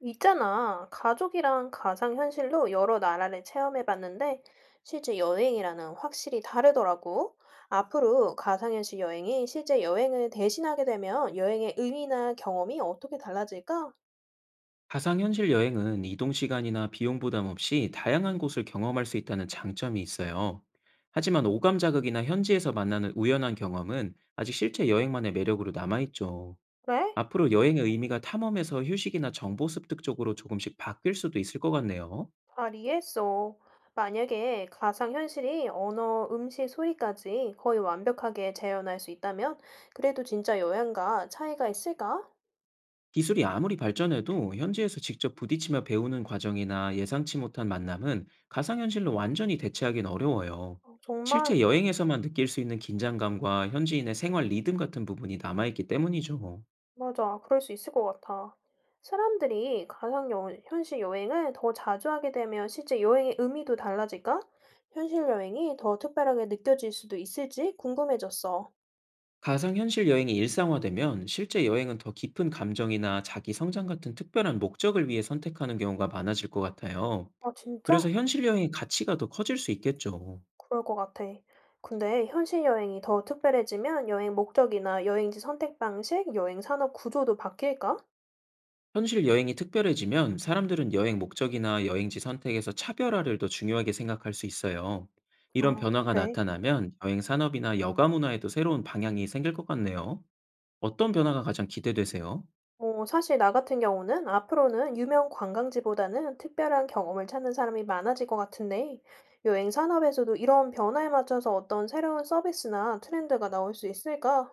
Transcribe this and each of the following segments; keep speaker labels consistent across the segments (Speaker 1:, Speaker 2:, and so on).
Speaker 1: 있잖아. 가족이랑 가상현실로 여러 나라를 체험해봤는데 실제 여행이라는 확실히 다르더라고. 앞으로 가상현실 여행이 실제 여행을 대신하게 되면 여행의 의미나 경험이 어떻게 달라질까?
Speaker 2: 가상현실 여행은 이동 시간이나 비용 부담 없이 다양한 곳을 경험할 수 있다는 장점이 있어요. 하지만 오감 자극이나 현지에서 만나는 우연한 경험은 아직 실제 여행만의 매력으로 남아있죠.
Speaker 1: 그래?
Speaker 2: 앞으로 여행의 의미가 탐험에서 휴식이나 정보 습득 쪽으로 조금씩 바뀔 수도 있을 것 같네요.
Speaker 1: 잘 이해했어. 만약에 가상현실이 언어, 음식, 소리까지 거의 완벽하게 재현할 수 있다면 그래도 진짜 여행과 차이가 있을까?
Speaker 2: 기술이 아무리 발전해도 현지에서 직접 부딪히며 배우는 과정이나 예상치 못한 만남은 가상현실로 완전히 대체하긴 어려워요.
Speaker 1: 어, 정말
Speaker 2: 실제 여행에서만 느낄 수 있는 긴장감과 현지인의 생활 리듬 같은 부분이 남아있기 때문이죠.
Speaker 1: 맞아. 그럴 수 있을 것 같아. 사람들이 가상 여 현실 여행을 더 자주 하게 되면 실제 여행의 의미도 달라질까? 현실 여행이 더 특별하게 느껴질 수도 있을지 궁금해졌어.
Speaker 2: 가상현실 여행이 일상화되면 실제 여행은 더 깊은 감정이나 자기 성장 같은 특별한 목적을 위해 선택하는 경우가 많아질 것 같아요.
Speaker 1: 아, 진짜?
Speaker 2: 그래서 현실 여행의 가치가 더 커질 수 있겠죠.
Speaker 1: 그럴 것 같아. 근데 현실 여행이 더 특별해지면 여행 목적이나 여행지 선택 방식, 여행 산업 구조도 바뀔까?
Speaker 2: 현실 여행이 특별해지면 사람들은 여행 목적이나 여행지 선택에서 차별화를 더 중요하게 생각할 수 있어요. 이런
Speaker 1: 어,
Speaker 2: 변화가
Speaker 1: 그래.
Speaker 2: 나타나면 여행 산업이나 여가 문화에도 새로운 방향이 생길 것 같네요. 어떤 변화가 가장 기대되세요?
Speaker 1: 어, 사실 나 같은 경우는 앞으로는 유명 관광지보다는 특별한 경험을 찾는 사람이 많아질 것 같은데, 여행 산업에서도 이런 변화에 맞춰서 어떤 새로운 서비스나 트렌드가 나올 수 있을까?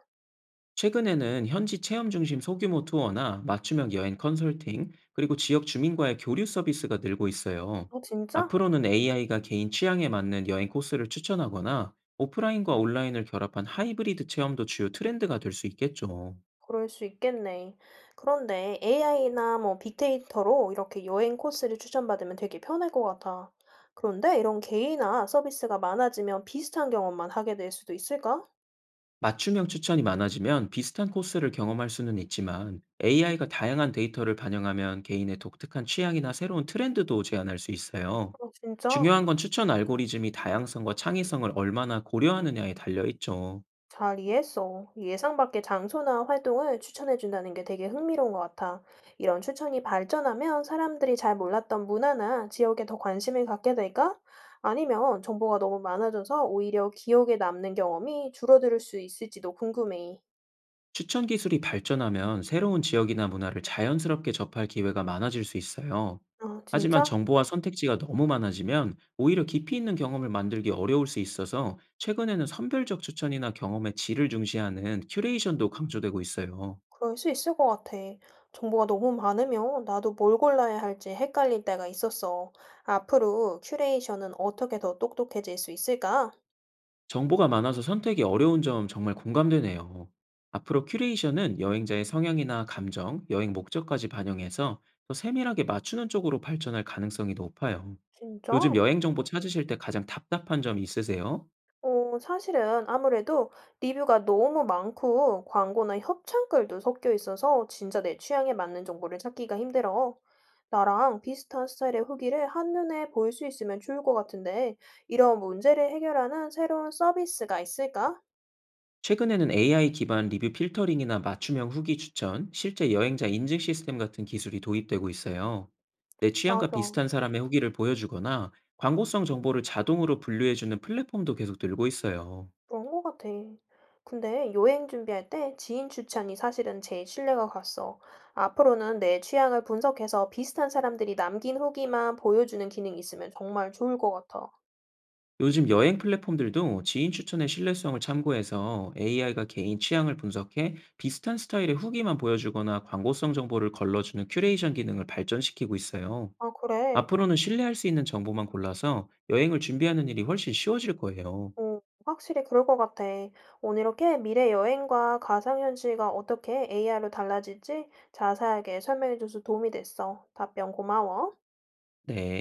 Speaker 2: 최근에는 현지 체험 중심 소규모 투어나 맞춤형 여행 컨설팅, 그리고 지역 주민과의 교류 서비스가 늘고 있어요.
Speaker 1: 어, 진짜?
Speaker 2: 앞으로는 AI가 개인 취향에 맞는 여행 코스를 추천하거나 오프라인과 온라인을 결합한 하이브리드 체험도 주요 트렌드가 될 수 있겠죠.
Speaker 1: 그럴 수 있겠네. 그런데 AI나 뭐 빅데이터로 이렇게 여행 코스를 추천받으면 되게 편할 것 같아. 그런데 이런 개인화 서비스가 많아지면 비슷한 경험만 하게 될 수도 있을까?
Speaker 2: 맞춤형 추천이 많아지면 비슷한 코스를 경험할 수는 있지만 AI가 다양한 데이터를 반영하면 개인의 독특한 취향이나 새로운 트렌드도 제안할 수 있어요.
Speaker 1: 어, 진짜?
Speaker 2: 중요한 건 추천 알고리즘이 다양성과 창의성을 얼마나 고려하느냐에 달려 있죠.
Speaker 1: 잘 이해했어. 예상 밖의 장소나 활동을 추천해준다는 게 되게 흥미로운 것 같아. 이런 추천이 발전하면 사람들이 잘 몰랐던 문화나 지역에 더 관심을 갖게 될까? 아니면 정보가 너무 많아져서 오히려 기억에 남는 경험이 줄어들 수 있을지도 궁금해.
Speaker 2: 추천 기술이 발전하면 새로운 지역이나 문화를 자연스럽게 접할 기회가 많아질 수 있어요.
Speaker 1: 아,
Speaker 2: 하지만
Speaker 1: 진짜?
Speaker 2: 정보와 선택지가 너무 많아지면 오히려 깊이 있는 경험을 만들기 어려울 수 있어서, 최근에는 선별적 추천이나 경험의 질을 중시하는 큐레이션도 강조되고 있어요.
Speaker 1: 그럴 수 있을 것 같아. 정보가 너무 많으면 나도 뭘 골라야 할지 헷갈릴 때가 있었어. 앞으로 큐레이션은 어떻게 더 똑똑해질 수 있을까?
Speaker 2: 정보가 많아서 선택이 어려운 점 정말 공감되네요. 앞으로 큐레이션은 여행자의 성향이나 감정, 여행 목적까지 반영해서 더 세밀하게 맞추는 쪽으로 발전할 가능성이 높아요.
Speaker 1: 진짜?
Speaker 2: 요즘 여행 정보 찾으실 때 가장 답답한 점이 있으세요?
Speaker 1: 어, 사실은 아무래도 리뷰가 너무 많고 광고나 협찬글도 섞여 있어서 진짜 내 취향에 맞는 정보를 찾기가 힘들어. 나랑 비슷한 스타일의 후기를 한눈에 볼 수 있으면 좋을 것 같은데, 이런 문제를 해결하는 새로운 서비스가 있을까?
Speaker 2: 최근에는 AI 기반 리뷰 필터링이나 맞춤형 후기 추천, 실제 여행자 인증 시스템 같은 기술이 도입되고 있어요. 내 취향과
Speaker 1: 맞아.
Speaker 2: 비슷한 사람의 후기를 보여주거나 광고성 정보를 자동으로 분류해주는 플랫폼도 계속 늘고 있어요.
Speaker 1: 그런 것 같아. 근데 여행 준비할 때 지인 추천이 사실은 제일 신뢰가 갔어. 앞으로는 내 취향을 분석해서 비슷한 사람들이 남긴 후기만 보여주는 기능이 있으면 정말 좋을 것 같아.
Speaker 2: 요즘 여행 플랫폼들도 지인 추천의 신뢰성을 참고해서, AI가 개인 취향을 분석해 비슷한 스타일의 후기만 보여주거나 광고성 정보를 걸러주는 큐레이션 기능을 발전시키고 있어요.
Speaker 1: 아, 그래?
Speaker 2: 앞으로는 신뢰할 수 있는 정보만 골라서 여행을 준비하는 일이 훨씬 쉬워질 거예요.
Speaker 1: 어, 확실히 그럴 것 같아. 오늘 이렇게 미래 여행과 가상현실이 어떻게 AI로 달라질지 자세하게 설명해 줘서 도움이 됐어. 답변 고마워.
Speaker 2: 네.